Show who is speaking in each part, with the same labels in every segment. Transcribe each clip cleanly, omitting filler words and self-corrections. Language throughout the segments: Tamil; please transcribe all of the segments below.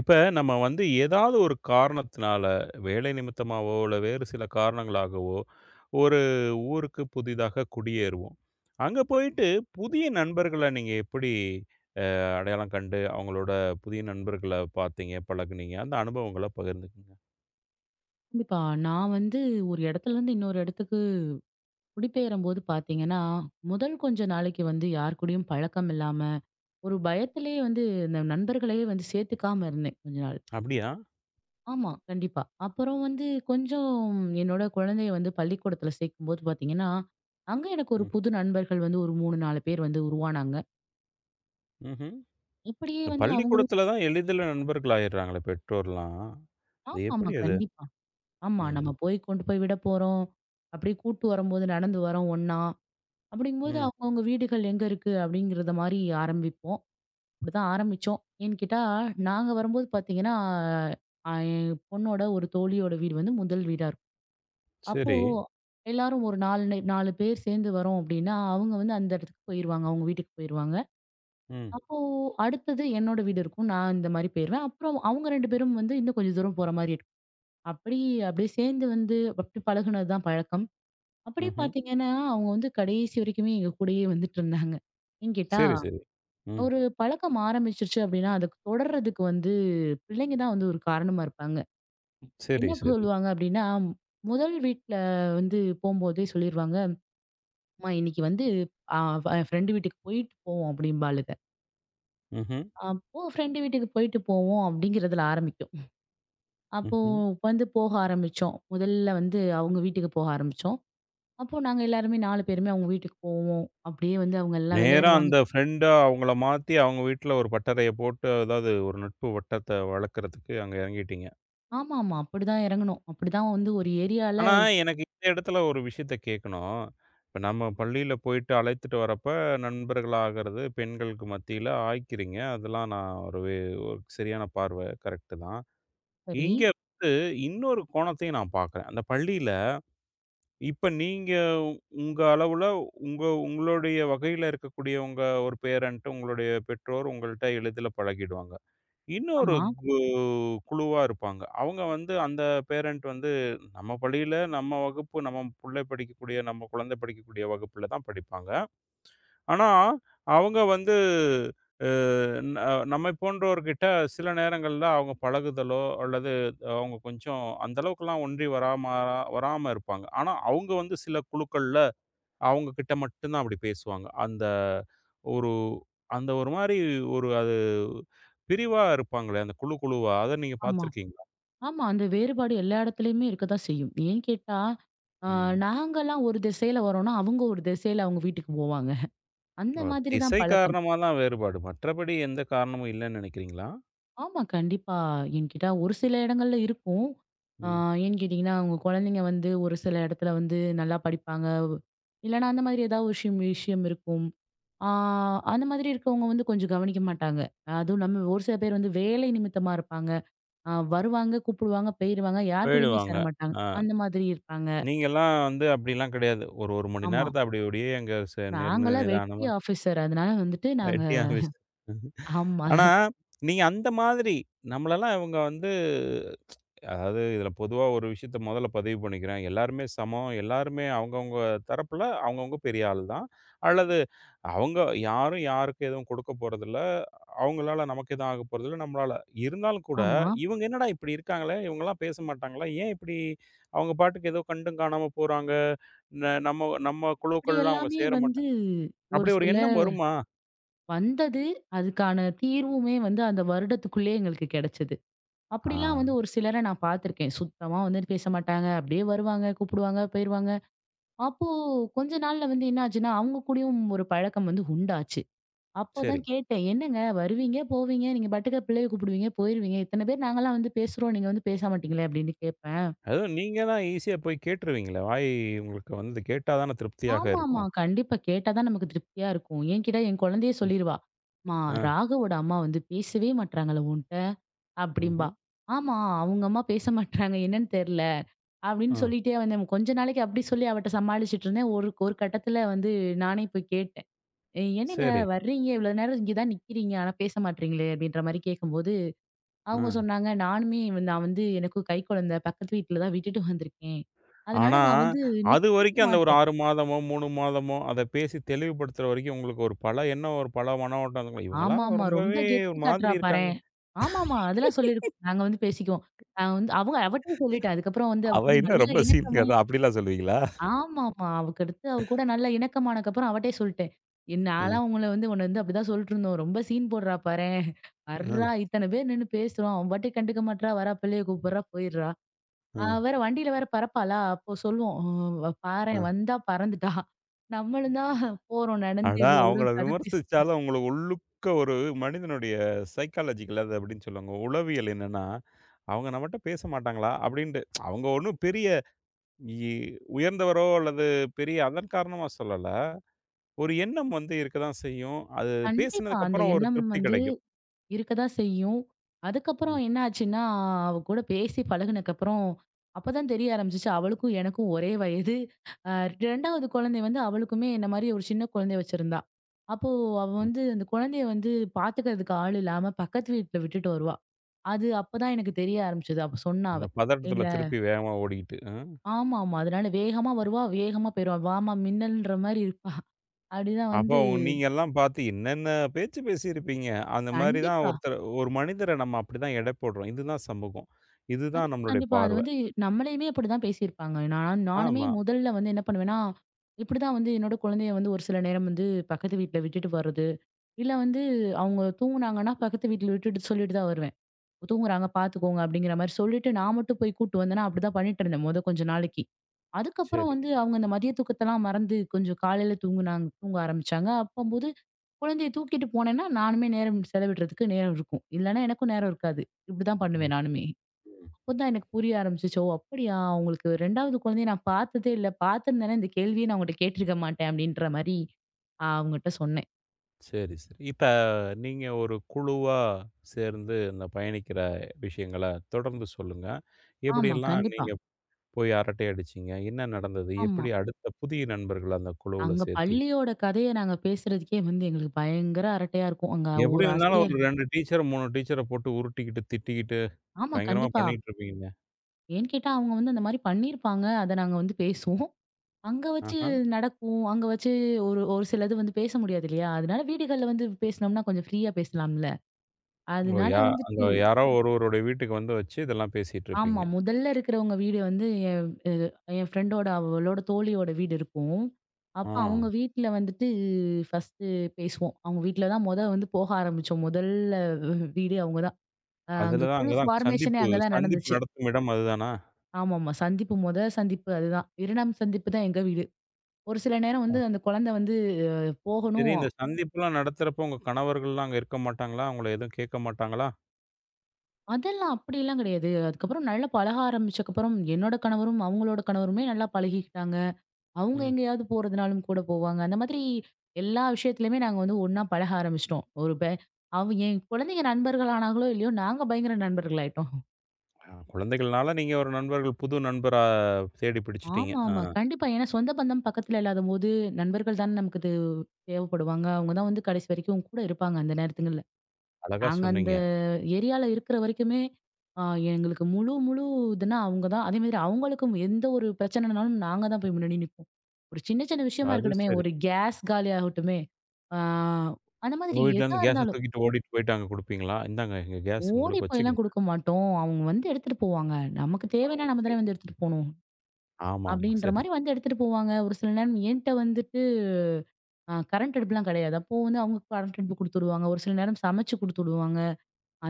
Speaker 1: இப்ப நம்ம ஏதாவது ஒரு காரணத்தினால, வேலை நிமித்தமாவோ, இல்ல வேறு சில காரணங்களாகவோ, ஒரு ஊருக்கு புதிதாக குடியேறுவோம். அங்க போயிட்டு புதிய நண்பர்கள நீங்க எப்படி அடையாளம் கண்டு, அவங்களோட புதிய நண்பர்கள பார்த்தீங்க, பழகுனீங்க? அந்த அனுபவங்கள பகிர்ந்துக்கங்க.
Speaker 2: கண்டிப்பா. நான் வந்து ஒரு இடத்துலருந்து இன்னொரு இடத்துக்கு குடிபெயரும்போது பார்த்தீங்கன்னா, முதல் கொஞ்ச நாளைக்கு வந்து யார் கூடயும் பழக்கம் இல்லாம, ஒரு பயத்திலேயே வந்து இந்த நண்பர்களையே வந்து சேர்த்துக்காம இருந்தேன் கொஞ்ச நாள்.
Speaker 1: அப்படியா?
Speaker 2: ஆமா, கண்டிப்பா. அப்புறம் வந்து கொஞ்சம் என்னோட குழந்தைய வந்து பள்ளிக்கூடத்துல சேர்க்கும்போது பார்த்தீங்கன்னா, அங்க எனக்கு ஒரு
Speaker 1: ம்.
Speaker 2: புது நண்பர்கள் வந்து ஒரு 3, 4 பேர் வந்து உருவானாங்க.
Speaker 1: ம்ஹ்ம்.
Speaker 2: இப்படியே வந்து அவங்களும்
Speaker 1: பள்ளிக்கூடத்துல தான் எளிதில நண்பர்கள் ஆயிடுறாங்களே பெற்றோர்லாம். அது
Speaker 2: ஆமாமா,
Speaker 1: எப்படி அது?
Speaker 2: கண்டிப்பா. ஆமா,
Speaker 1: ம்.
Speaker 2: நம்ம போய் கொண்டு போய் விட போறோம். அப்படியே கூட்டு வரும்போது நடந்து வரோம் ஒண்ணா. அப்படிங்கும்போது
Speaker 1: ம்.
Speaker 2: அவங்கவங்க வீடுகள் எங்க இருக்கு அப்படிங்கிறத மாதிரி ஆரம்பிப்போம். அப்படிதான் ஆரம்பிச்சோம். ஏன்னு கேட்டா, நாங்க வரும்போது பார்த்தீங்கன்னா, என் பொண்ணோட ஒரு தோழியோட வீடு வந்து முதல் வீடா இருக்கும். அப்போ
Speaker 1: சரி.
Speaker 2: எல்லாரும் ஒரு 4 நே 4 பேர் சேர்ந்து வரோம் அப்படின்னா, அவங்க வந்து அந்த இடத்துக்கு போயிருவாங்க. அவங்க வீட்டுக்கு போயிருவாங்க.
Speaker 1: ம்.
Speaker 2: அப்போ அடுத்தது என்னோட வீடு இருக்கும். நான் இந்த மாதிரி போயிருவேன். அப்புறம் அவங்க 2 பேரும் வந்து இன்னும் கொஞ்சம் தூரம் போற மாரி இருக்கும். அப்படி அப்படியே சேர்ந்து வந்து அப்படி பழகுனது தான் பழக்கம். அப்படியே
Speaker 1: ம்ஹ்ம்.
Speaker 2: பார்த்தீங்கன்னா, அவங்க வந்து கடைசி வரைக்குமே எங்க கூடயே வந்துட்டு இருந்தாங்க. ஏன்னு கேட்டா,
Speaker 1: சரி, சரி. ம்.
Speaker 2: ஒரு பழக்கம் ஆரம்பிச்சுருச்சு அப்படின்னா, அதுக்கு தொடர்றதுக்கு வந்து பிள்ளைங்க தான் வந்து ஒரு காரணமா இருப்பாங்க.
Speaker 1: சரி,
Speaker 2: என்ன
Speaker 1: சரி.
Speaker 2: சொல்லுவாங்க அப்படின்னா, முதல் வீட்ல வந்து போம்போதே சொல்லிருவாங்க, "அம்மா இன்னைக்கு வந்து அ என் ஃப்ரெண்டு வீட்டுக்கு போயிட்டு போவோம்" அப்படிம்பாளுக.
Speaker 1: ம்ஹ்ம்.
Speaker 2: அப்போ ஃப்ரெண்டு வீட்டுக்கு போயிட்டு போவோம் அப்படிங்கிறதுல ஆரம்பிக்கும். அப்போ
Speaker 1: ம்ஹ்ம்.
Speaker 2: வந்து போக ஆரம்பிச்சோம். முதல்ல வந்து அவங்க வீட்டுக்கு போக ஆரம்பிச்சோம். அப்போ நாங்க எல்லாருமே 4 பேருமே அவங்க வீட்டுக்கு போவோம். அப்படியே வந்து அவங்க எல்லாம்
Speaker 1: நேரா
Speaker 2: விளையாடுவாங்க.
Speaker 1: அந்த ஃப்ரெண்டா அவங்கள மாத்தி, அவங்க வீட்ல ஒரு பட்டறைய போட்டு, அதாவது ஒரு நட்பு வட்டத்த வளர்க்கறதுக்கு அங்க எறங்கிட்டீங்க.
Speaker 2: ஆமாமா. அப்படிதான் இறங்கணும். அப்படிதான் வந்து ஒரு ஏரியால
Speaker 1: ஆனா, எனக்கு இந்த இடத்துல ஒரு விஷயத்த கேட்கணும். இப்ப நம்ம பள்ளியில போயிட்டு அழைத்துட்டு வரப்ப, நண்பர்களா ஆகறது பெண்களுக்கு மத்தியில ஆய்க்கிறீங்க. அதெல்லாம் நான் ஒரு வே ஒரு சரியான பார்வை. கரெக்ட்டு தான்.
Speaker 2: சரி.
Speaker 1: இங்க இன்னொரு கோணத்தையும் நான் பார்க்குறேன். அந்த பள்ளியில, இப்ப நீங்க உங்க அளவுல, உங்களுடைய வகையில இருக்கக்கூடியவங்க, ஒரு பேரன்ட், உங்களுடைய பெற்றோர் உங்கள்ட்ட எளிதில பழகிடுவாங்க. இன்னொரு
Speaker 2: ஆமா,
Speaker 1: கு குழுவா இருப்பாங்க. அவங்க அந்த பேரண்ட் நம்ம பள்ளியில, நம்ம வகுப்பு, நம்ம புள்ளை படிக்கக்கூடிய, நம்ம குழந்தை படிக்கக்கூடிய வகுப்புல தான் படிப்பாங்க. ஆனா, அவங்க அ ந நம்மை போன்றோர்கிட்ட சில நேரங்கள்ல அவங்க பழகுதலோ, அல்லது அவங்க கொஞ்சம் அந்த அளவுக்குலாம் ஒன்றி வராம வராம இருப்பாங்க. ஆனா, அவங்க வந்து சில குழுக்கள்ல அவங்க கிட்ட மட்டும் தான் அப்படி பேசுவாங்க. அந்த ஒரு அந்த ஒரு மாரி ஒரு அது பிரிவா இருப்பாங்களே, அந்த குழு குழுவா. அத நீங்க
Speaker 2: ஆமா,
Speaker 1: பார்த்துருக்கீங்களா?
Speaker 2: ஆமா. அந்த வேறுபாடு எல்லா இடத்துலயுமே இருக்கத்தான் செய்யும். ஏன்னு கேட்டா, அ
Speaker 1: ம்.
Speaker 2: நாங்கலாம் ஒரு திசையில வரோம்னா, அவங்க ஒரு திசையில அவங்க வீட்டுக்கு போவாங்க. அந்த
Speaker 1: ஓ!
Speaker 2: மாதிரி தான்
Speaker 1: திசை
Speaker 2: பழக்கம்.
Speaker 1: காரணமா தான் வேறுபாடு. மற்றபடி எந்த காரணமும் இல்லன்னு நினைக்கிறீங்களா?
Speaker 2: ஆமா, கண்டிப்பா. ஏன்னு கேட்டா, ஒரு சில இடங்கள்ல இருக்கும். அ
Speaker 1: ம்.
Speaker 2: ஏன்னு கேட்டீங்கன்னா, அவங்க குழந்தைங்க வந்து ஒரு சில இடத்துல வந்து நல்லா படிப்பாங்க. இல்லன்னா அந்த மாதிரி ஏதாவது ஒரு விஷயம் விஷயம் இருக்கும். ஆ அந்த மாதிரி இருக்கவங்க வந்து கொஞ்சம் கவனிக்க மாட்டாங்க. அதுவும் நம்ம ஒரு சில பேர் வந்து வேலை நிமித்தமா இருப்பாங்க. வருவாங்க, கூப்பிடுவாங்க, போயிருவாங்க. யார் கூடயுமே
Speaker 1: போயிடுவாங்க.
Speaker 2: சேரமாட்டாங்க.
Speaker 1: ஆ.
Speaker 2: அந்த மாதிரி இருப்பாங்க.
Speaker 1: நீங்கலாம் வந்து அப்படிலாம் கிடையாது. ஒரு 1 மணி
Speaker 2: ஆமா.
Speaker 1: நேரத்த அப்படி அப்படியே அங்க நின்னு
Speaker 2: நாங்கலாம் வெட்டி
Speaker 1: நிதானமா
Speaker 2: ஆஃபீசர். அதனால வந்துட்டு நாங்க
Speaker 1: வெட்டியா பேசு.
Speaker 2: ஆமா,
Speaker 1: ஆனா, நீங்க அந்த மாதிரி நம்மளலாம் இவங்க வந்து அதாவது இதில பொதுவா ஒரு விஷயத்த முதல்ல பதிவு பண்ணிக்கிறேன். எல்லாருமே சமம். எல்லாருமே அவங்கவங்க தரப்புல அவங்கவங்க பெரிய ஆள் தான். அல்லது அவங்க யாரும் யாருக்கும் எதுவும் கொடுக்க போறதில்ல. அவங்களால நமக்கு எதுவும் ஆக போறதில்ல. நம்மளால இருந்தாலும் கூட,
Speaker 2: ஆமா.
Speaker 1: இவங்க என்னடா இப்படி இருக்காங்களே! இவங்கலாம் பேச மாட்டாங்களா? ஏன் இப்படி அவங்க பாட்டுக்கு ஏதோ கண்டும் காணாம போறாங்க. நம்ம நம்ம
Speaker 2: அப்படி
Speaker 1: குழுக்கள்லாம் அவங்க
Speaker 2: எல்லாமே
Speaker 1: சேர
Speaker 2: வந்து
Speaker 1: மாட்டாங்க.
Speaker 2: ஒரு
Speaker 1: அப்படி ஒரு
Speaker 2: சில
Speaker 1: எண்ணம் வருமா?
Speaker 2: வந்தது. அதுக்கான தீர்வுமே வந்து அந்த வருடத்துக்குள்ளயே எங்களுக்கு கிடைச்சது.
Speaker 1: ஆ.
Speaker 2: அப்படிலாம் வந்து ஒரு சிலர நான் பார்த்துருக்கேன். சுத்தமா வந்து பேச மாட்டாங்க. அப்படியே வருவாங்க, கூப்பிடுவாங்க, போயிருவாங்க. அப்போ கொஞ்ச நாள்ல வந்து என்ன ஆச்சுன்னா, அவங்க கூடயும் ஒரு பழக்கம் வந்து உண்டாச்சு.
Speaker 1: சரி.
Speaker 2: அப்பதான் கேட்டேன். "என்னங்க வருவீங்க, போவீங்க, நீங்க பாட்டுக்கு பிள்ளைய கூப்பிடுவீங்க, போயிருவீங்க. இத்தன பேர் நாங்கலாம் வந்து பேசுறோம். நீங்க வந்து பேச மாட்டீங்களே?" அப்படின்னு கேட்பேன்.
Speaker 1: அதுவும் நீங்க தான் ஈஸியா போய் கேட்டுருவீங்களே. உங்களுக்கு வந்து கேட்டா தானே திருப்தியாக
Speaker 2: ஆமாமா.
Speaker 1: இருக்கும்.
Speaker 2: கண்டிப்பா. கேட்டா தான் நமக்கு திருப்தியா இருக்கும். என்கிட்ட என் குழந்தையே சொல்லிருவா. "அம்மா,
Speaker 1: ஆ.
Speaker 2: ராகவோட அம்மா வந்து பேசவே மாட்றாங்கல்ல உன்ட்ட?" அப்படிம்பா.
Speaker 1: ம்ஹ்ம்.
Speaker 2: "ஆமா, அவங்க அம்மா பேச மாட்றாங்க. என்னன்னு தெர்ல." அப்படின்னு
Speaker 1: ஆ.
Speaker 2: சொல்லிட்டே வந்தேன். கொஞ்ச நாளைக்கு அப்படி சொல்லி அவட்ட சமாளிச்சுட்டு இருந்தேன். ஒரு ஒரு கட்டத்துல வந்து நானே போய் கேட்டேன். "ஏய், "என்னங்க
Speaker 1: சரி.
Speaker 2: வர்றீங்க, இவ்வளவு நேரம் இங்க தான் நிக்கிறீங்க. ஆனா பேச மாட்றீங்களே?" அப்படின்ற மாரி கேட்கும்போது
Speaker 1: ஆ.
Speaker 2: அவங்க சொன்னாங்க, நான் வந்து எனக்கும் கைக்குழந்தை பக்கத்து வீட்ல தான் விட்டுட்டு வந்திருக்கேன். அதனால
Speaker 1: ஆனா,
Speaker 2: நான் வந்து நிக்கவே
Speaker 1: அதுவரைக்கும் அந்த ஒரு
Speaker 2: மாட்டேன்."
Speaker 1: 6 மாதமோ, 3 மாதமோ அத பேசி தெளிவுபடுத்துற வரைக்கும் உங்களுக்கு ஒரு பல எண்ணம், ஒரு பல மன ஓட்டம் இருந்திருக்கும். இவங்கலாம்
Speaker 2: ஆமாமா. ரொம்ப
Speaker 1: ரொம்பவே
Speaker 2: கெத்து
Speaker 1: ஒரு மாதிரி
Speaker 2: காட்டுறா
Speaker 1: இருக்காங்க.
Speaker 2: பாரேன். ஆமாமா. அதெல்லாம் சொல்லியிருக்கோம். நாங்க வந்து பேசிக்குவோம். நான் வந்து அவங்க அவட்டயும் சொல்லிட்டேன். அதுக்கப்புறம் வந்து அவ
Speaker 1: அவ
Speaker 2: கூட
Speaker 1: என்ன
Speaker 2: நல்ல
Speaker 1: ரொம்ப சீனுங்க
Speaker 2: இணக்கமாயி
Speaker 1: தான் அப்படிலாம் சொல்லுவீங்களா?
Speaker 2: ஆமாமா. அவக்கு அடுத்து அவ கூட நல்ல இணக்கமானதுக்கப்புறம் அவட்டயே சொல்லிட்டேன்.
Speaker 1: ம்.
Speaker 2: "நான்லாம் உங்கள வந்து உன்ன வந்து அப்படிதான் சொல்லிட்டு இருந்தோம். ரொம்ப சீன் போடுறா பாரேன்.
Speaker 1: ம்.
Speaker 2: வர்றா, இத்தன பேர் நின்னு பேசுறோம். அவ பாட்டுக்கு கண்டுக்க மாட்றா, வரா பிள்ளைய கூப்பிடுறா, போயிடுறா." அவ
Speaker 1: ம்.
Speaker 2: வேற வண்டியில வேற பறப்பாளா! அப்போ சொல்லுவோம். பாரேன்
Speaker 1: ம்.
Speaker 2: வந்தா பறந்துட்டா." நம்மளும் தான் போறோம் நடந்து
Speaker 1: அடா!
Speaker 2: இவ்ளோ
Speaker 1: அவங்கள
Speaker 2: தூரம் கதை பேசிட்டு
Speaker 1: விமர்சிச்சாலும் உங்களுக்கு உள்ளுக்க ஒரு மனிதனுடைய சைக்காலஜிக்கல் அது அப்படின்னு சொல்லுவாங்க. உளவியல் என்னன்னா, அவங்க நம்மட்ட பேச மாட்டாங்களா? அப்படின்ட்டு. அவங்க ஒண்ணும் பெரிய இ உயர்ந்தவரோ அல்லது பெரிய அதன் காரணமா சொல்லல. ஒரு எண்ணம் வந்து இருக்க தான் செய்யும். அது
Speaker 2: கண்டிப்பா அந்த
Speaker 1: பேசினதுக்கப்புறம் ஒரு
Speaker 2: எண்ணம்
Speaker 1: திருப்தி
Speaker 2: வந்து
Speaker 1: கெடைக்கும்.
Speaker 2: இருக்க தான் செய்யும். அதுக்கப்புறம்
Speaker 1: ம்,
Speaker 2: என்ன ஆச்சுன்னா, அவ கூட பேசி பழகுனக்கப்புறம், அப்பதான் தெரிய ஆரம்பிச்சுச்சு அவளுக்கும் எனக்கும் ஒரே வயது. அ 2வது குழந்தை வந்து அவளுக்குமே என்ன மாரி ஒரு சின்ன குழந்தைய வச்சிருந்தா. அப்போ அவ
Speaker 1: ம்.
Speaker 2: வந்து அந்த குழந்தைய வந்து பார்த்துக்கிறதுக்கு ஆள் இல்லாம பக்கத்து வீட்ல விட்டுட்டு வருவா. அது அப்பதான் எனக்கு தெரிய ஆரம்பிச்சது. அப்ப சொன்னா
Speaker 1: அந்த
Speaker 2: அவ.
Speaker 1: பதட்டத்துல
Speaker 2: "இல்ல
Speaker 1: திருப்பி வேகமா ஓடிக்கிட்டு. அ.
Speaker 2: ஆமாமா. அதனால வேகமா வருவா, வேகமா போயிருவா. வாம்மா மின்னல்ன்ற மாரி இருப்பா. அப்படிதான்
Speaker 1: அப்போ
Speaker 2: வந்து
Speaker 1: நீங்கலாம் பார்த்து என்னென்ன பேச்சு பேசியிருப்பீங்க. அந்த மாரி தான்
Speaker 2: கண்டிப்பா.
Speaker 1: ஒருத்தர் ஒரு மனிதர நம்ம அப்படிதான் எடை போடுறோம். இதுதான் சமூகம். இதுதான்
Speaker 2: கண்டிப்பா,
Speaker 1: நம்மளுடைய
Speaker 2: கண்டிப்பா. அது
Speaker 1: பார்வ.
Speaker 2: வந்து நம்மளையுமே அப்படிதான் பேசியிருப்பாங்க. நானுமே
Speaker 1: ஆமா.
Speaker 2: முதல்ல வந்து என்ன பண்ணுவேன்னா, இப்படிதான் வந்து என்னோட குழந்தைய வந்து ஒரு சில நேரம் வந்து பக்கத்து வீட்ல விட்டுட்டு வர்றது. இல்ல வந்து அவங்க தூங்குனாங்கன்னா பக்கத்து வீட்ல விட்டுட்டு சொல்லிட்டு தான் வருவேன். தூங்குறாங்க பார்த்துக்கோங்க அப்படிங்கிற மாரி சொல்லிட்டு நான் மட்டும் போய் கூட்டு வந்தேன்னா அப்படிதான் பண்ணிட்டு இருந்தேன் மொத கொஞ்ச நாளைக்கு. அதுக்கப்புறம்
Speaker 1: சரி.
Speaker 2: வந்து அவங்க அந்த மதிய தூக்கத்தெல்லாம் மறந்து கொஞ்சம் காலையில தூங்குனாங்க தூங்க ஆரம்பிச்சாங்க. அப்பம்போது குழந்தைய தூக்கிட்டு போனேன்னா, நானுமே நேரம் செலவிடுறதுக்கு நேரம் இருக்கும். இல்லன்னா எனக்கும் நேரம் இருக்காது. இப்படிதான்
Speaker 1: ம்.
Speaker 2: பண்ணுவேன் நானுமே. அப்பதான் எனக்கு புரிய ஆரம்பிச்சுச்சு. ஓ! அப்படியா உங்களுக்கு 2வது குழந்தைய நான் பார்த்ததே இல்ல. பார்த்திருந்தேன்னா இந்த கேள்விய நான் உங்கட்ட கேட்டிருக்க மாட்டேன் அப்படின்ற மாரி அவங்கட்ட சொன்னேன்.
Speaker 1: சரி, சரி. இப்ப நீங்க ஒரு குழுவா சேர்ந்து இந்த பயணிக்கிற விஷயங்கள தொடர்ந்து சொல்லுங்க.
Speaker 2: ஆமா,
Speaker 1: எப்படியெல்லாம்
Speaker 2: கண்டிப்பா.
Speaker 1: நீங்க போய் அரட்டை அடிச்சீங்க? என்ன நடந்தது?
Speaker 2: ஆமா.
Speaker 1: எப்படி அடுத்த புதிய நண்பர்கள அந்த குழுவுல
Speaker 2: அங்க
Speaker 1: சேர்த்தீங்க?
Speaker 2: பள்ளியோட கதைய நாங்க பேசுறதுக்கே வந்து எங்களுக்கு பயங்கர அரட்டையா இருக்கும். அங்க
Speaker 1: எப்படி
Speaker 2: ஒரு
Speaker 1: இருந்தாலும் ஒரு
Speaker 2: ஆசிரியர்
Speaker 1: 2 டீச்சர், 3 டீச்சர போட்டு உருட்டிக்கிட்டு, திட்டிக்கிட்டு,
Speaker 2: ஆமா,
Speaker 1: பயங்கரமா
Speaker 2: கண்டிப்பா.
Speaker 1: பண்ணிட்டு இருப்பீங்களே.
Speaker 2: ஏன்னு கேட்டா அவங்க வந்து அந்த மாரி பண்ணியிருப்பாங்க. அத நாங்க வந்து பேசுவோம். அங்க வச்சு
Speaker 1: ஆஹா.
Speaker 2: நடக்கும். அங்க வச்சு ஒரு ஒரு சிலது வந்து பேச முடியாது இல்லையா? அதனால வீடுகள்ல வந்து பேசினோம்னா கொஞ்சம் ஃப்ரீயா பேசலாம்ல.
Speaker 1: ஓ!
Speaker 2: அதனால
Speaker 1: அந்த
Speaker 2: வந்துட்டு
Speaker 1: யாரோ ஒருவருடைய வீட்டுக்கு வந்து வச்சு இதெல்லாம் பேசிட்டு
Speaker 2: ஆமா.
Speaker 1: இருப்பீங்க.
Speaker 2: முதல்ல இருக்கிறவங்க வீடு வந்து என் அ என் ஃப்ரெண்டோட அவளோட தோழியோட வீடு இருக்கும்.
Speaker 1: ஆ.
Speaker 2: அப்ப அவங்க வீட்ல வந்துட்டு ஃபர்ஸ்ட்டு பேசுவோம். அவங்க வீட்ல தான் மொத வந்து போக ஆரம்பிச்சோம். முதல்ல வீடே அவங்க தான். அங்க
Speaker 1: அதுல தான்
Speaker 2: குழு
Speaker 1: அங்க தான்
Speaker 2: ஃபார்மேஷனே
Speaker 1: சந்திப்பு
Speaker 2: அங்க தான்
Speaker 1: சந்திப்பு
Speaker 2: நடந்துச்சு.
Speaker 1: நடத்தும் இடம் அதுதானா?
Speaker 2: ஆமாமா. சந்திப்பு மொத சந்திப்பு அதுதான். 2ஆம் சந்திப்பு தான் எங்க வீடு. ஒரு சில நேரம்
Speaker 1: ஆ.
Speaker 2: வந்து அந்த குழந்தை வந்து
Speaker 1: சரி
Speaker 2: போகணும்
Speaker 1: இந்த சந்திப்புலாம் நடத்துறப்போ உங்க கணவர்கள்லாம் அங்க இருக்க மாட்டாங்களா? உங்கள எதுவும் கேட்க மாட்டாங்களா?
Speaker 2: அதெல்லாம் அப்படிலாம் கிடையாது. அதுக்கப்புறம் நல்லா பழக ஆரம்பிச்சக்கப்புறம், என்னோட கணவரும், அவங்களோட கணவருமே நல்லா பழகிக்கிட்டாங்க. அவங்க
Speaker 1: ம்.
Speaker 2: எங்கேயாவது போறதுனாலும் கூட போவாங்க. அந்த மாதிரி எல்லா விஷயத்துலயுமே நாங்க வந்து ஒண்ணா பழக ஆரம்பிச்சுட்டோம். ஒரு ப அவ என் குழந்தைங்க நண்பர்கள் ஆனாங்களோ! இல்லையோ! நாங்க பயங்கர நண்பர்கள் ஆயிட்டோம்.
Speaker 1: ஆ குழந்தைகள்னால நீங்க ஒரு நண்பர்கள் புது நண்பரா தேடி பிடிச்சுட்டீங்க. ஆ.
Speaker 2: ஆமாமா. கண்டிப்பா. ஏன்னா சொந்த பந்தம் பக்கத்துல இல்லாதபோது, நண்பர்கள் தானே நமக்கு இது தேவைப்படுவாங்க. அவங்க தான் வந்து கடைசி வரைக்கும் கூட இருப்பாங்க அந்த நேரத்துங்கள்ல.
Speaker 1: அழகா
Speaker 2: நாங்க அந்த
Speaker 1: சொன்னீங்க.
Speaker 2: ஏரியால இருக்கிற வரைக்குமே, அ எங்களுக்கு முழு முழு இதுன்னா அவங்க தான். அதேமாதிரி அவங்களுக்கும் எந்த ஒரு பிரச்சனைனாலும் நாங்க தான் போய் முன்னாடி நிப்போம். ஒரு சின்ன சின்ன விஷயமா
Speaker 1: அது
Speaker 2: இருக்கட்டுமே,
Speaker 1: சரி.
Speaker 2: ஒரு கேஸ் காலியாகட்டுமே, ஆ அந்த மாதிரி
Speaker 1: உங்க வீட்ல
Speaker 2: எதா
Speaker 1: இருந்து கேஸ
Speaker 2: இருந்தாலும்
Speaker 1: தூக்கிட்டு ஓடிட்டு போயிட்டு அங்க குடுப்பீங்களா? இந்தாங்க எங்க கேஸ்
Speaker 2: ஓடி
Speaker 1: உங்களுக்கு
Speaker 2: போய்லாம்
Speaker 1: வச்சுக்கங்க.
Speaker 2: குடுக்க மாட்டோம். அவங்க வந்து எடுத்துட்டு போவாங்க. நமக்கு
Speaker 1: ஆ.
Speaker 2: தேவைன்னா நம்ம
Speaker 1: சரி.
Speaker 2: தானே வந்து எடுத்துட்டு போணும்.
Speaker 1: ஆமாமா.
Speaker 2: அப்படின்ற
Speaker 1: சரி.
Speaker 2: மாரி வந்து எடுத்துட்டு போவாங்க. ஒரு சில நேரம் என்ட்ட வந்துட்டு கரண்ட் அடுப்புலாம் கிடையாது. அப்போ வந்து அவங்க கரண்ட் அடுப்பு குடுத்து விடுவாங்க. ஒரு சில நேரம் சமைச்சு குடுத்து விடுவாங்க.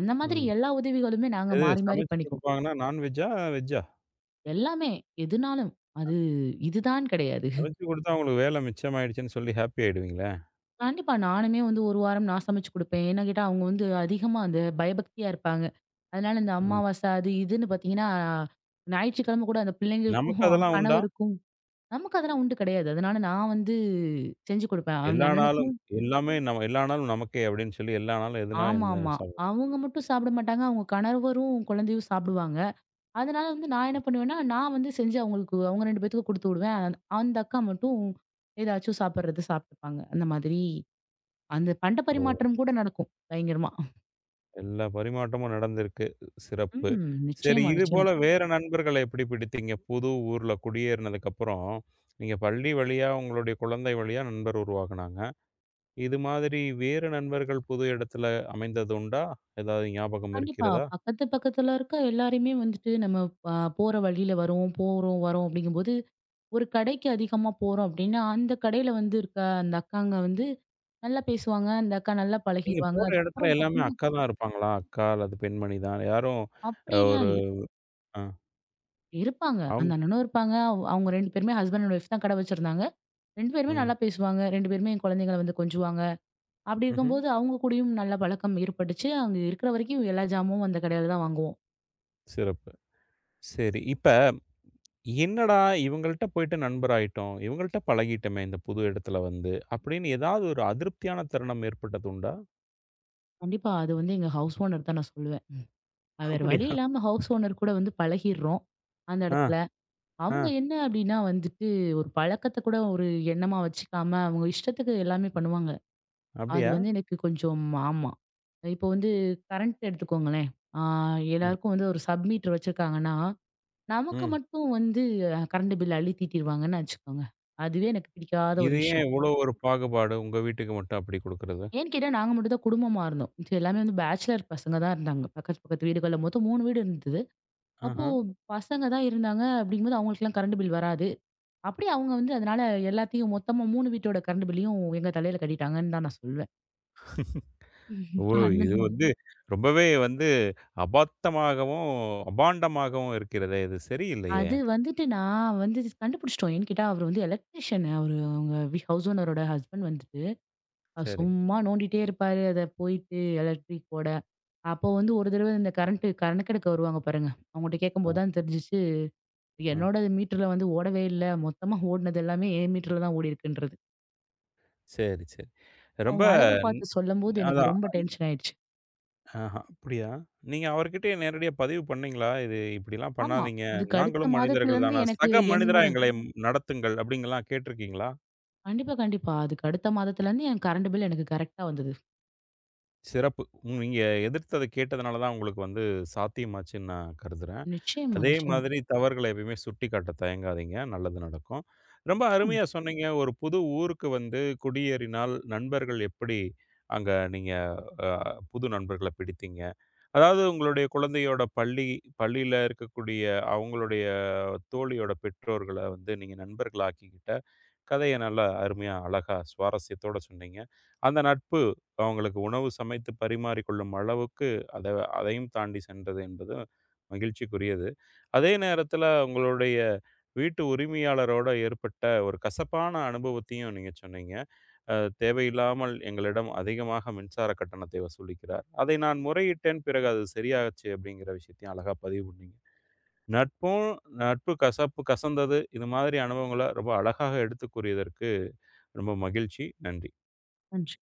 Speaker 2: அந்த மாதிரி
Speaker 1: ம்.
Speaker 2: எல்லா உதவிகளுமே நாங்க
Speaker 1: எது
Speaker 2: மாறி மாறி
Speaker 1: சமைச்சு
Speaker 2: பண்ணிக்குவோம்.
Speaker 1: குடுப்பாங்கன்னா, நான்வெஜ்ஜா? வெஜ்ஜா?
Speaker 2: எல்லாமே. எதுனாலும். அது இதுதான் கிடையாது.
Speaker 1: சமைச்சு குடுத்தா உங்களுக்கு வேலை மிச்சமாயிடுச்சுன்னு சொல்லி ஹாப்பி ஆயிடுவீங்களா?
Speaker 2: கண்டிப்பா. நானுமே வந்து 1 வாரம் நான் சமைச்சு குடுப்பேன். ஏன்னு கேட்டா, அவங்க வந்து அதிகமா அந்த பயபக்தியா இருப்பாங்க. அதனால இந்த
Speaker 1: ஆ.
Speaker 2: அமாவாசை அது இதுன்னு பார்த்தீங்கன்னா, ஞாயிற்றுக்கிழமை கூட அந்த பிள்ளைங்களுக்கும்,
Speaker 1: நமக்கு
Speaker 2: அவங்க
Speaker 1: அதெல்லாம் உண்டா?
Speaker 2: கணவருக்கும் நமக்கு அதெல்லாம் உண்டு கிடையாது. அதனால நான் வந்து செஞ்சு குடுப்பேன். அந்த
Speaker 1: எல்லா நாளும்
Speaker 2: அண்ணனுக்கும்
Speaker 1: எல்லாமே நம்ம எல்லா நாளும் நமக்கே அப்டின்னு சொல்லி எல்லா நாளும் எதுனா இந்த
Speaker 2: ஆமாமா.
Speaker 1: ச.
Speaker 2: அவங்க மட்டும் சாப்பிட மாட்டாங்க. அவங்க கணவரும், குழந்தையும் சாப்பிடுவாங்க. அதனால வந்து நான் என்ன பண்ணுவேன்னா, நான் வந்து செஞ்சு அவங்களுக்கு அவங்க 2 பேத்துக்கும் குடுத்து விடுவேன். அந்த அக்கா மட்டும் ஏதாச்சும் சாப்பிடுறது சாப்பிட்டுப்பாங்க. அந்த மாதிரி அந்த பண்ட
Speaker 1: ஓ!
Speaker 2: பரிமாற்றம் கூட நடக்கும் பயங்கரமா.
Speaker 1: எல்லா பரிமாற்றமும் நடந்திருக்கு. சிறப்பு.
Speaker 2: ம்.
Speaker 1: சரி
Speaker 2: நிச்சயமா,
Speaker 1: இது
Speaker 2: நிச்சயமா.
Speaker 1: போல வேற நண்பர்கள எப்படி பிடித்தீங்க? புது ஊர்ல குடியேறினதுக்கப்புறம், நீங்க பள்ளி வழியா, உங்களுடைய குழந்தை வழியா நண்பர் உருவாகுனாங்க. இது மாதிரி வேறு நண்பர்கள் புது இடத்துல அமைந்தது உண்டா? ஏதாவது ஞாபகம்
Speaker 2: கண்டிப்பா.
Speaker 1: இருக்கிறதா?
Speaker 2: பக்கத்து பக்கத்துல இருக்க எல்லாரையுமே வந்துட்டு நம்ம போற வழியில வரோம், போறோம், வரோம் அப்படிங்கும்போது, ஒரு கடைக்கு அதிகமா போறோம் அப்படின்னா, அந்த கடையில வந்து இருக்க அந்த அக்காங்க வந்து நல்லா பேசுவாங்க. அந்த அக்கா நல்லா
Speaker 1: நீங்க
Speaker 2: பழகிருவாங்க.
Speaker 1: போற இடத்துல
Speaker 2: அதுக்கப்புறம்
Speaker 1: எல்லாமே
Speaker 2: பார்த்தீங்கன்னா
Speaker 1: அக்கா தான் இருப்பாங்களா? அக்கா அல்லது பெண்மணி தான். யாரும்
Speaker 2: அப்படிலாம்
Speaker 1: ஒரு
Speaker 2: இல்ல.
Speaker 1: அ
Speaker 2: இருப்பாங்க.
Speaker 1: அவங்க
Speaker 2: அந்த அண்ணனும் இருப்பாங்க. அவங்க 2 பேருமே ஹஸ்பண்ட் அண்ட் ஒய்ஃப் தான் கடை வச்சிருந்தாங்க. 2 பேருமே
Speaker 1: ம்.
Speaker 2: நல்லா பேசுவாங்க. 2 பேருமே என் குழந்தைங்கள வந்து கொஞ்சுவாங்க. அப்படி
Speaker 1: ம்ஹ்ம்.
Speaker 2: இருக்கும்போது அவங்க கூடயும் நல்ல பழக்கம் ஏற்பட்டுச்சு. அங்க இருக்கிற வரைக்கும் எல்லா ஜாமும் அந்த கடையில தான் வாங்குவோம்.
Speaker 1: சிறப்பு. சரி. இப்ப என்னடா இவங்கள்ட்ட போயிட்டு நண்பராயிட்டோம். இவங்கள்ட்ட பழகிட்டோமே இந்த புது இடத்துல வந்து, அப்படின்னு ஏதாவது ஒரு அதிருப்தியான தருணம் ஏற்பட்டது உண்டா?
Speaker 2: கண்டிப்பா அது வந்து எங்க ஹவுஸ் ஓனர் தான் நான் சொல்லுவேன். அது வேற வழி
Speaker 1: அப்படியா?
Speaker 2: இல்லாம ஹவுஸ் ஓனர் கூட வந்து பழகிர்றோம். அந்த
Speaker 1: ஆ,
Speaker 2: இடத்துல.
Speaker 1: ஆ.
Speaker 2: அவங்க என்ன அப்படின்னா வந்துட்டு, ஒரு பழக்கத்த கூட ஒரு எண்ணமா வச்சுக்காம அவங்க இஷ்டத்துக்கு எல்லாமே பண்ணுவாங்க. அது
Speaker 1: அப்படியா?
Speaker 2: வந்து எனக்கு கொஞ்சம் ஆமா. இப்போ வந்து கரண்ட் எடுத்துக்கோங்களேன். ஆ
Speaker 1: ம்,
Speaker 2: எல்லாருக்கும் வந்து ஒரு சப் மீட்டர் வச்சிருக்காங்கன்னா, நமக்கு
Speaker 1: ம்.
Speaker 2: மட்டும் வந்து கரண்ட் பில் அள்ளி தீட்டிருவாங்கன்னு வச்சுக்கோங்க. அதுவே எனக்கு பிடிக்காத ஒரு
Speaker 1: இது ஏன்
Speaker 2: விஷயம்.
Speaker 1: இவ்வளோ ஒரு பாகுபாடு? உங்க வீட்டுக்கு மட்டும் அப்படி குடுக்குறது?
Speaker 2: ஏன்னு கேட்டா நாங்க மட்டும் தான் குடும்பமா இருந்தோம். மிச்சம் எல்லாமே வந்து பேச்சுலர் பசங்க தான் இருந்தாங்க. பக்கத்து பக்கத்து வீடுகள்ல மொத்தம் 3 வீடு இருந்தது. அப்போ
Speaker 1: ஆஹா.
Speaker 2: பசங்க தான் இருந்தாங்க அப்படிங்கும்போது அவங்களுக்கெல்லாம் கரண்ட் பில் வராது. அப்படியே அவங்க வந்து அதனால எல்லாத்தையும் மொத்தமா 3 வீட்டோட கரண்ட் பில்லையும் எங்க தலையில கட்டிட்டாங்கன்னு தான் நான் சொல்வேன்.
Speaker 1: ஓ!
Speaker 2: அந்த
Speaker 1: இது வந்து ரொம்பவே வந்து அபத்தமாகவும், அபாண்டமாகவும் இருக்கிறதே! இது சரியில்லையே!
Speaker 2: அது வந்துட்டு நான் வந்து கண்டுபிடிச்சிட்டோம். ஏன்னு கேட்டா, அவரு வந்து எலக்ட்ரீஷியன் அவரு அவங்க ஹவுஸ் ஓனரோட ஹஸ்பண்ட் வந்துட்டு, அவரு
Speaker 1: சரி.
Speaker 2: சும்மா நோண்டிட்டே இருப்பாரு. அத போயிட்டு எலக்ட்ரிக் போட. அப்போ வந்து ஒரு தடவ இந்த கரண்ட் கணக்கெடுக்க வருவாங்க பாருங்க. அவங்கள்ட்ட
Speaker 1: அ,
Speaker 2: கேட்கும்போது தான் தெரிஞ்சுச்சு.
Speaker 1: அ.
Speaker 2: என்னோட மீட்டர்ல வந்து ஓடவே இல்ல. மொத்தமா ஓடுனது எல்லாமே என் மீட்டர்ல தான் ஓடியிருக்குன்றது.
Speaker 1: சரி, சரி. ரொம்ப
Speaker 2: அவங்க அளவு பார்த்து சொல்லும்போது எனக்கு
Speaker 1: அதான்.
Speaker 2: ரொம்ப டென்ஷன் ஆயிடுச்சு.
Speaker 1: ஆஹா, அப்படியா? நீங்க அவர்கிட்டயே நேரடியா பதிவு பண்ணீங்களா? இது இப்படிலாம்
Speaker 2: ஆமா.
Speaker 1: பண்ணாதீங்க.
Speaker 2: அதுக்கு அடுத்த
Speaker 1: நாங்களும்
Speaker 2: மாதத்துல
Speaker 1: மனிதர்கள்
Speaker 2: இருந்து
Speaker 1: தானா?
Speaker 2: எனக்கு
Speaker 1: சக மனிதரா
Speaker 2: என்னோட
Speaker 1: எங்களை ம்- நடத்துங்கள் அப்படிங்கலாம் கேட்டிருக்கீங்களா?
Speaker 2: கண்டிப்பா, கண்டிப்பா. அதுக்கு அடுத்த மாதத்துல இருந்து என் கரண்ட் பில் எனக்கு கரெக்ட்டா வந்தது.
Speaker 1: சிறப்பு. உம், நீங்க எதிர்த்தத கேட்டதுனால தான் உங்களுக்கு வந்து சாத்தியமாச்சுன்னு நான் கருதுறேன்.
Speaker 2: நிச்சயமா,
Speaker 1: அதே
Speaker 2: நிச்சயமா,
Speaker 1: மாதிரி தவறுகள எப்பயுமே சுட்டிக்காட்ட தயங்காதீங்க. நல்லது நடக்கும். ரொம்ப
Speaker 2: நிச்சயமா.
Speaker 1: அருமையா சொன்னீங்க. ஒரு புது ஊருக்கு வந்து குடியேறினால் நண்பர்கள் எப்படி அங்க நீங்க அ புது நண்பர்கள பிடித்தீங்க? அதாவது உங்களுடைய குழந்தையோட பள்ளியில இருக்கக்கூடிய அவங்களுடைய தோழியோட பெற்றோர்கள வந்து நீங்க நண்பர்களாக்கிக்கிட்ட கதைய நல்லா அருமையா, அழகா, சுவாரஸ்யத்தோட சொன்னீங்க. அந்த நட்பு அவங்களுக்கு உணவு சமைத்து பரிமாறிக்கொள்ளும் அளவுக்கு அத அதையும் தாண்டி சென்றது என்பது மகிழ்ச்சிக்குரியது. அதே நேரத்தில உங்களுடைய வீட்டு உரிமையாளரோட ஏற்பட்ட ஒரு கசப்பான அனுபவத்தையும் நீங்க சொன்னீங்க. அ தேவையில்லாமல் எங்களிடம் அதிகமாக மின்சார கட்டணத்தை வசூலிக்கிறார். அதை நான் முறையிட்டேன், பிறகு அது சரியாச்சு அப்படிங்கிற விஷயத்தையும் அழகா பதிவு பண்ணீங்க. நட்பும் நட்பு கசப்பு கசந்தது. இது மாதிரி அனுபவங்கள ரொம்ப அழகாக எடுத்து கூறியதற்கு ரொம்ப மகிழ்ச்சி. நன்றி.
Speaker 2: நன்றி.